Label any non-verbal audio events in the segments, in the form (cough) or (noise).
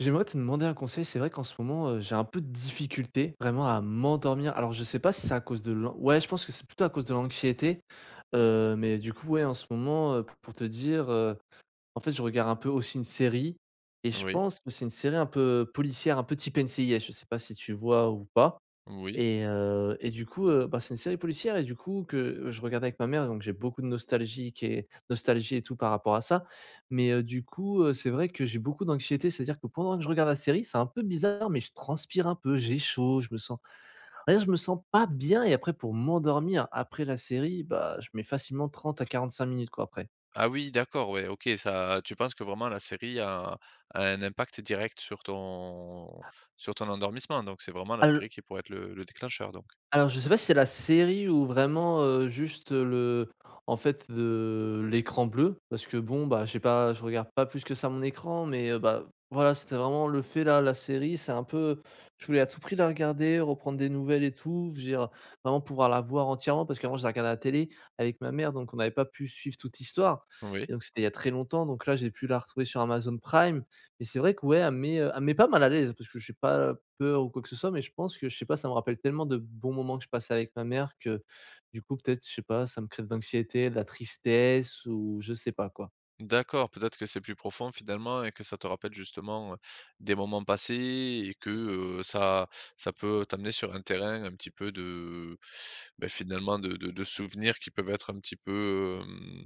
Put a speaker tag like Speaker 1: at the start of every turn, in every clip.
Speaker 1: J'aimerais te demander un conseil. C'est vrai qu'en ce moment, j'ai un peu de difficulté vraiment à m'endormir. Alors je sais pas si c'est à cause de l'an ouais, je pense que c'est plutôt à cause de l'anxiété, mais du coup, ouais, en ce moment, p pour te dire, en fait, je regarde un peu aussi une série et je
Speaker 2: Oui,
Speaker 1: pense que c'est une série un peu policière, un peu type NCIS. Je sais pas si tu vois ou pas?
Speaker 2: oui.
Speaker 1: Et du coup, bah, c'est une série policière et du coup que je regardais avec ma mère, donc j'ai beaucoup de nostalgie qui est nostalgie et tout par rapport à ça. Mais, du coup, c'est vrai que j'ai beaucoup d'anxiété, c'est-à-dire que pendant que je regarde la série, c'est un peu bizarre, mais je transpire un peu, j'ai chaud, je me sens on va dire je me sens pas bien et après pour m'endormir après la série, bah, je mets facilement 30 à 45 minutes quoi après.
Speaker 2: Ah oui, d'accord, ouais, OK, ça tu penses que vraiment la série a un impact direct sur ton endormissement, donc c'est vraiment la série qui pourrait être le déclencheur donc?
Speaker 1: Alors je sais pas si c'est la série ou vraiment, juste, le en fait, de l'écran bleu parce que bon, bah, j'ai pas je regarde pas plus que ça mon écran mais, bah, voilà, c'était vraiment le fait là, la série, c'est un peu je voulais à tout prix la regarder, reprendre des nouvelles et tout, je veux dire, vraiment pouvoir la voir entièrement parce qu'avant je la regardais à la télé avec ma mère donc on n'avait pas pu suivre toute l'histoire
Speaker 2: Oui.
Speaker 1: et donc c'était il y a très longtemps donc là j'ai pu la retrouver sur Amazon Prime mais c'est vrai que ouais, elle me met pas mal à l'aise parce que je j'ai pas peur ou quoi que ce soit, mais je pense que je sais pas, ça me rappelle tellement de bons moments que je passais avec ma mère que, du coup, peut-être, je sais pas, ça me crée de l'anxiété, de la tristesse ou je sais pas, quoi.
Speaker 2: D'accord, peut-être que c'est plus profond finalement et que ça te rappelle justement, des moments passés et que, ça ça peut t'amener sur un terrain un petit peu de, beh, finalement de souvenirs qui peuvent être un petit peu,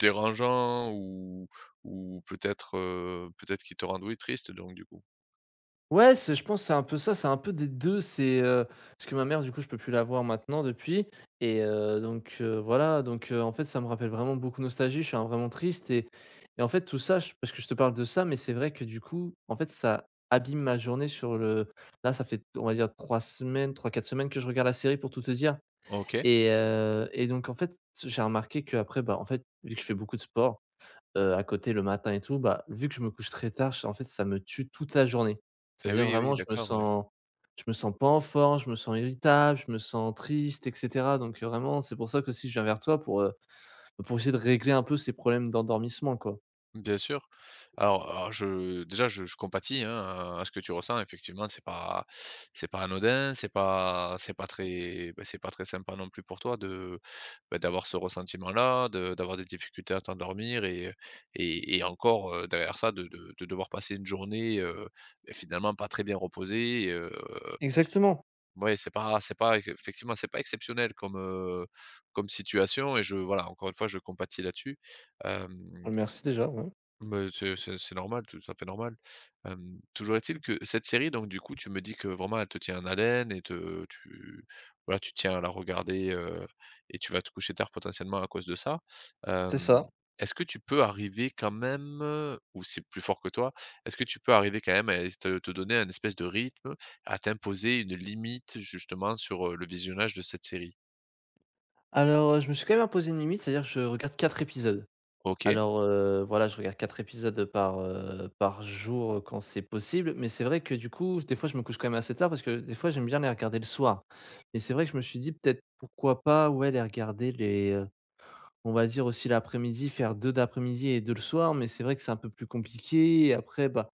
Speaker 2: dérangeants ou peut-être, peut-être qui te rendent, oui, triste donc du coup.
Speaker 1: Ouais, c'est je pense que c'est un peu ça, c'est un peu des 2. C'est, parce que ma mère du coup je peux plus la voir maintenant depuis et donc Voilà, en fait ça me rappelle vraiment beaucoup de nostalgie, je suis un vraiment triste et en fait tout ça j parce que je te parle de ça, mais c'est vrai que du coup, en fait ça abîme ma journée sur le là ça fait on va dire trois quatre semaines que je regarde la série pour tout te dire
Speaker 2: OK.
Speaker 1: et donc en fait, j'ai remarqué que après, bah, en fait, vu que je fais beaucoup de sport à côté le matin et tout, bah, vu que je me couche très tard, j en fait, ça me tue toute la journée. Ça
Speaker 2: Eh
Speaker 1: veut dire
Speaker 2: oui,
Speaker 1: vraiment
Speaker 2: oui, d'accord, ouais.
Speaker 1: je me sens pas en forme, je me sens irritable, je me sens triste et cetera donc vraiment, c'est pour ça que si je viens vers toi pour essayer de régler un peu ces problèmes d'endormissement, quoi.
Speaker 2: Bien sûr. Alors je déjà je compatis, hein, à ce que tu ressens effectivement, c'est pas anodin, c'est pas très bah, c'est pas très sympa non plus pour toi de, bah, d'avoir ce ressentiment-là, de d'avoir des difficultés à t'endormir et et encore, derrière ça de devoir passer une journée, beh, finalement pas très bien reposée,
Speaker 1: Exactement.
Speaker 2: ouais, c'est pas effectivement, c'est pas exceptionnel comme, comme situation et je voilà, encore une fois, je compatis là-dessus. Hem
Speaker 1: Merci déjà, ouais.
Speaker 2: bah, c'est c'est normal, tout à fait normal. Toujours est-il que cette série donc du coup, tu me dis que vraiment elle te tient en haleine et te tu voilà, tu tiens à la regarder, et tu vas te coucher tard potentiellement à cause de ça. Hem,
Speaker 1: C'est ça.
Speaker 2: est-ce que tu peux arriver quand même, ou c'est plus fort que toi, est-ce que tu peux arriver quand même à te donner un espèce de rythme, à t'imposer une limite justement sur, le visionnage de cette série?
Speaker 1: Alors, je me suis quand même imposé une limite, c'est-à-dire que je regarde 4 épisodes.
Speaker 2: OK.
Speaker 1: Alors, voilà, je regarde 4 épisodes par, par jour, quand c'est possible, mais c'est vrai que du coup, des fois, je me couche quand même assez tard parce que des fois, j'aime bien les regarder le soir. Mais c'est vrai que je me suis dit peut-être pourquoi pas, ouais, les regarder on va dire aussi l'après-midi, faire 2 d'après-midi et 2 le soir, mais c'est vrai que c'est un peu plus compliqué et après, bah,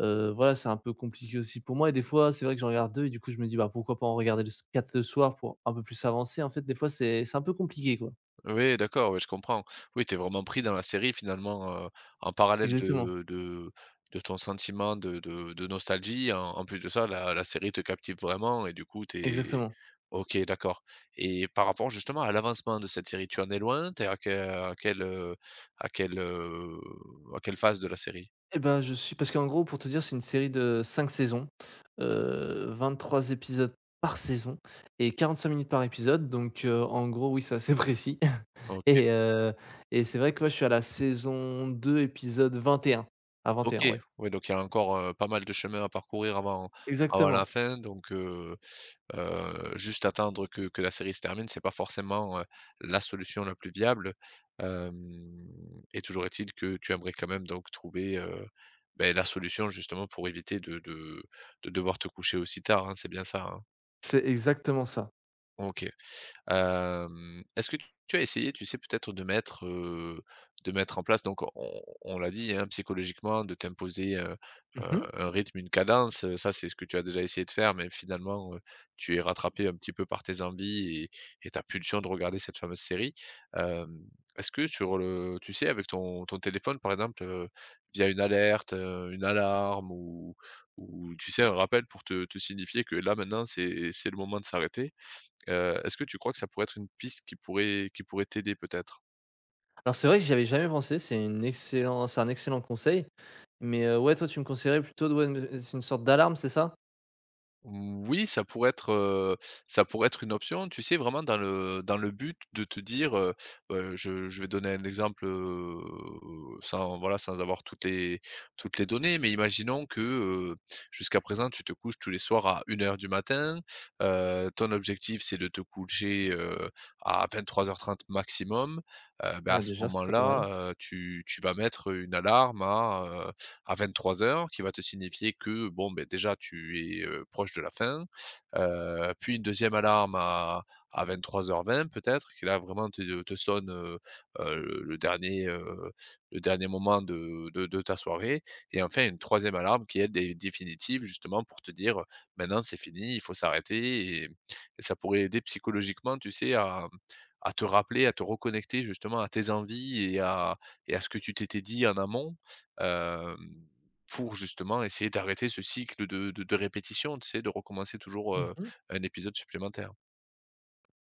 Speaker 1: voilà, c'est un peu compliqué aussi pour moi et des fois, c'est vrai que j'en regarde 2 et du coup, je me dis: «Bah, pourquoi pas en regarder le s 4 le soir pour un peu plus avancer?» En fait, des fois, c'est un peu compliqué, quoi.
Speaker 2: Oui, d'accord, oui, je comprends. Oui, tu es vraiment pris dans la série finalement, en parallèle
Speaker 1: Exactement,
Speaker 2: de de ton sentiment de de nostalgie. En en plus de ça, la série te captive vraiment et du coup, tu es
Speaker 1: exactement.
Speaker 2: OK, d'accord et par rapport justement à l'avancement de cette série, tu en es loin? T'es à quelle, à quelle, à quelle phase de la série?
Speaker 1: Eh ben je suis parce qu'en gros, pour te dire, c'est une série de 5 saisons, 23 épisodes par saison et 45 minutes par épisode donc en gros, oui, c'est assez précis (laughs)
Speaker 2: OK.
Speaker 1: et heu et c'est vrai que, moi je suis à la saison 2 épisode vingt et un. À vingt et un,
Speaker 2: OK,
Speaker 1: ouais.
Speaker 2: oui, donc il y a encore, pas mal de chemin à parcourir avant avant la
Speaker 1: Exactement.
Speaker 2: fin donc juste attendre que la série se termine, c'est pas forcément, la solution la plus viable. Hem et toujours est-il que tu aimerais quand même donc trouver, beh, la solution justement pour éviter de de devoir te coucher aussi tard, hein, c'est bien ça, hein?
Speaker 1: C'est exactement ça.
Speaker 2: OK. Est-ce que tu as essayé, tu sais, peut-être de mettre en place donc on l'a dit, hein, psychologiquement de t'imposer,
Speaker 1: Mmh.
Speaker 2: un rythme, une cadence, ça c'est ce que tu as déjà essayé de faire mais finalement, tu es rattrapé un petit peu par tes envies et ta pulsion de regarder cette fameuse série. Hem, est-ce que sur le tu sais, avec ton ton téléphone par exemple, via une alerte, une alarme ou tu sais, un rappel pour te signifier que là maintenant c'est le moment de s'arrêter. Est-ce que tu crois que ça pourrait être une piste qui pourrait t'aider peut-être?
Speaker 1: Alors c'est vrai que j'y avais jamais pensé, c'est un excellent conseil, mais ouais, toi, tu me conseillerais plutôt de ouais, c'est une sorte d'alarme, c'est ça?
Speaker 2: Oui, ça pourrait être une option, tu sais? Vraiment dans le but de te dire, je vais donner un exemple, sans voilà, sans avoir toutes les données, mais imaginons que, jusqu'à présent, tu te couches tous les soirs à une heure du matin. Ton objectif, c'est de te coucher, à vingt-trois heures trente maximum. Bah, à
Speaker 1: Ouais,
Speaker 2: ce
Speaker 1: déjà, ce serait pas mal.
Speaker 2: moment-là, tu vas mettre une alarme à vingt-trois heures, qui va te signifier que bon, beh, déjà tu es, proche de la fin, puis une deuxième alarme à 23:20 peut-être, qui là vraiment te sonne, le dernier, le dernier moment de ta soirée et enfin une troisième alarme qui elle est définitive justement pour te dire, «Maintenant c'est fini, il faut s'arrêter» et ça pourrait aider psychologiquement, tu sais, à te rappeler, à te reconnecter justement à tes envies et à ce que tu t'étais dit en amont hem, pour justement essayer d'arrêter ce cycle de répétition, tu sais, de recommencer toujours,
Speaker 1: Mmh.
Speaker 2: un épisode supplémentaire.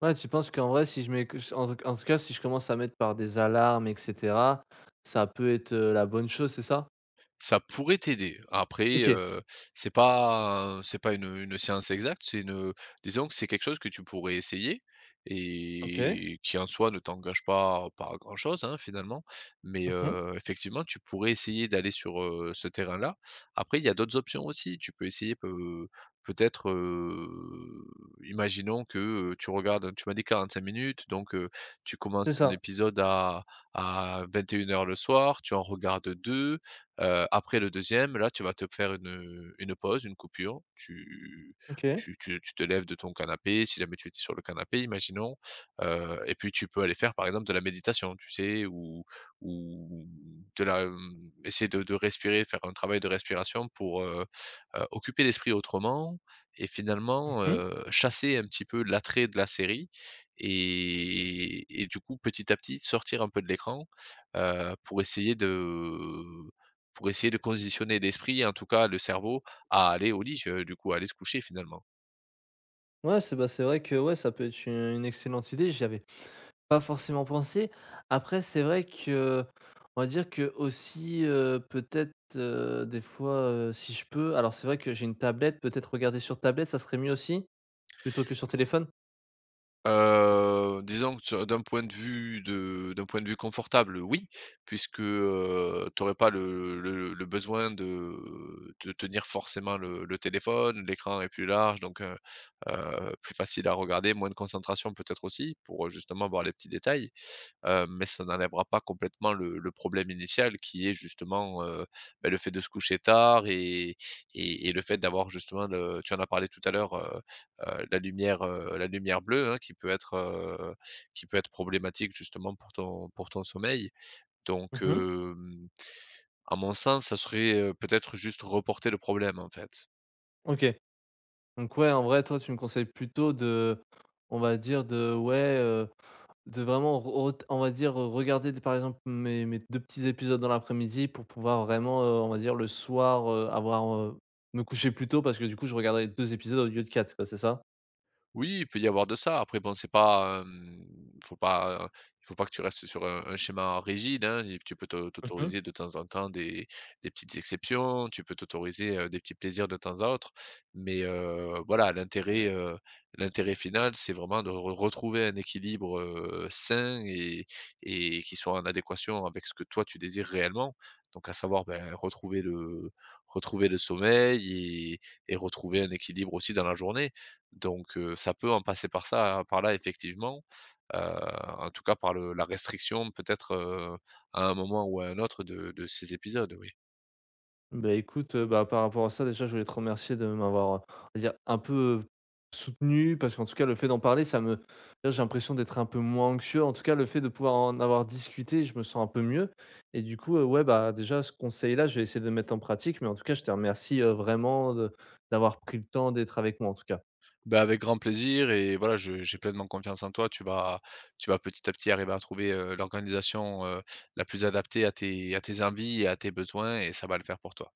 Speaker 1: Ouais, tu penses qu'en vrai, si je mets que en tout cas, si je commence à mettre par des alarmes et cetera, ça peut être, la bonne chose, c'est ça?
Speaker 2: Ça pourrait t'aider. Après,
Speaker 1: OK,
Speaker 2: c'est pas une, une science exacte, c'est une, disons que c'est quelque chose que tu pourrais essayer
Speaker 1: OK.
Speaker 2: et qui en soi ne t'engage pas par grand chose, hein, finalement. Mais,
Speaker 1: Mmh.
Speaker 2: effectivement, tu pourrais essayer d'aller sur, ce terrain-là. Après, il y a d'autres options aussi. Tu peux essayer peut-être, imaginons que, tu regardes tu m'as dit 45 minutes, donc, tu
Speaker 1: C'est
Speaker 2: commences ton
Speaker 1: ça.
Speaker 2: épisode à vingt et une heures le soir, tu en regardes 2. Après le deuxième là, tu vas te faire une pause, une coupure. Tu
Speaker 1: OK.
Speaker 2: tu tu tu te lèves de ton canapé, si jamais tu étais sur le canapé, imaginons, et puis tu peux aller faire, par exemple, de la méditation, tu sais? Ou de la, mmh, essayer de respirer, faire un travail de respiration pour, occuper l'esprit autrement et finalement,
Speaker 1: Mmh.
Speaker 2: chasser un petit peu l'attrait de la série et du coup, petit à petit, sortir un peu de l'écran, heu, pour essayer de pour essayer de conditionner l'esprit, et en tout cas le cerveau, à aller au lit, du coup, à aller se coucher finalement.
Speaker 1: Ouais, c'est bah, c'est vrai que, ouais, ça peut être u une excellente idée, j'y avais pas forcément pensé. Après, c'est vrai que, on va dire qu'aussi, peut-être, des fois, si je peux alors c'est vrai que j'ai une tablette, peut-être regarder sur tablette, ça serait mieux aussi? Plutôt que sur téléphone?
Speaker 2: Disons que ce d'un point de vue de d'un point de vue confortable, oui, puisque, tu n'aurais pas le besoin de tenir forcément le téléphone, l'écran est plus large donc plus facile à regarder, moins de concentration peut-être aussi pour, justement voir les petits détails. Mais ça n'enlèvera pas complètement le problème initial qui est justement, bah, le fait de se coucher tard et et le fait d'avoir justement le tu en as parlé tout à l'heure, la lumière bleue, hein, qui peut être problématique justement pour ton sommeil. Donc,
Speaker 1: Mmh.
Speaker 2: à mon sens, ça serait, peut-être juste reporter le problème, en fait.
Speaker 1: OK. Donc ouais, en vrai, toi, tu me conseilles plutôt de on va dire de ouais, de vraiment re ret on va dire, regarder par exemple mes 2 petits épisodes dans l'après-midi pour pouvoir vraiment, on va dire le soir, avoir, me coucher plus tôt parce que du coup je regarderai 2 épisodes au lieu de 4 quoi, c'est ça?
Speaker 2: Oui, il peut y avoir de ça. Après bon, c'est pas, hem, faut pas, il faut pas que tu restes sur un schéma rigide, hein et tu peux te
Speaker 1: Mmh.
Speaker 2: t'autoriser de temps en temps des petites exceptions, tu peux t'autoriser, des petits plaisirs de temps à autre. Mais, voilà, l'intérêt, l'intérêt final, c'est vraiment de re retrouver un équilibre, sain et qui soit en adéquation avec ce que toi tu désires réellement. Donc à savoir, ben, retrouver le sommeil et retrouver un équilibre aussi dans la journée. Donc ça peut en passer par ça, par là effectivement, heu, en tout cas par le la restriction peut-être, à un moment ou à un autre de ces épisodes, oui.
Speaker 1: Bah, écoute, bah, par rapport à ça, déjà, je voulais te remercier de m'avoir, on va dire un peu, soutenu parce qu'en tout cas, le fait d'en parler, ça me là, j'ai l'impression d'être un peu moins anxieux. En tout cas, le fait de pouvoir en avoir discuté, je me sens un peu mieux et du coup, ouais, bah, déjà, ce conseil-là, je vais essayer de le mettre en pratique, mais en tout cas, je te remercie, vraiment de d'avoir pris le temps d'être avec moi, en tout cas.
Speaker 2: Ben avec grand plaisir et voilà, je j'ai pleinement confiance en toi. Tu vas petit à petit arriver à trouver, l'organisation, la plus adaptée à tes envies et à tes besoins et ça va le faire pour toi.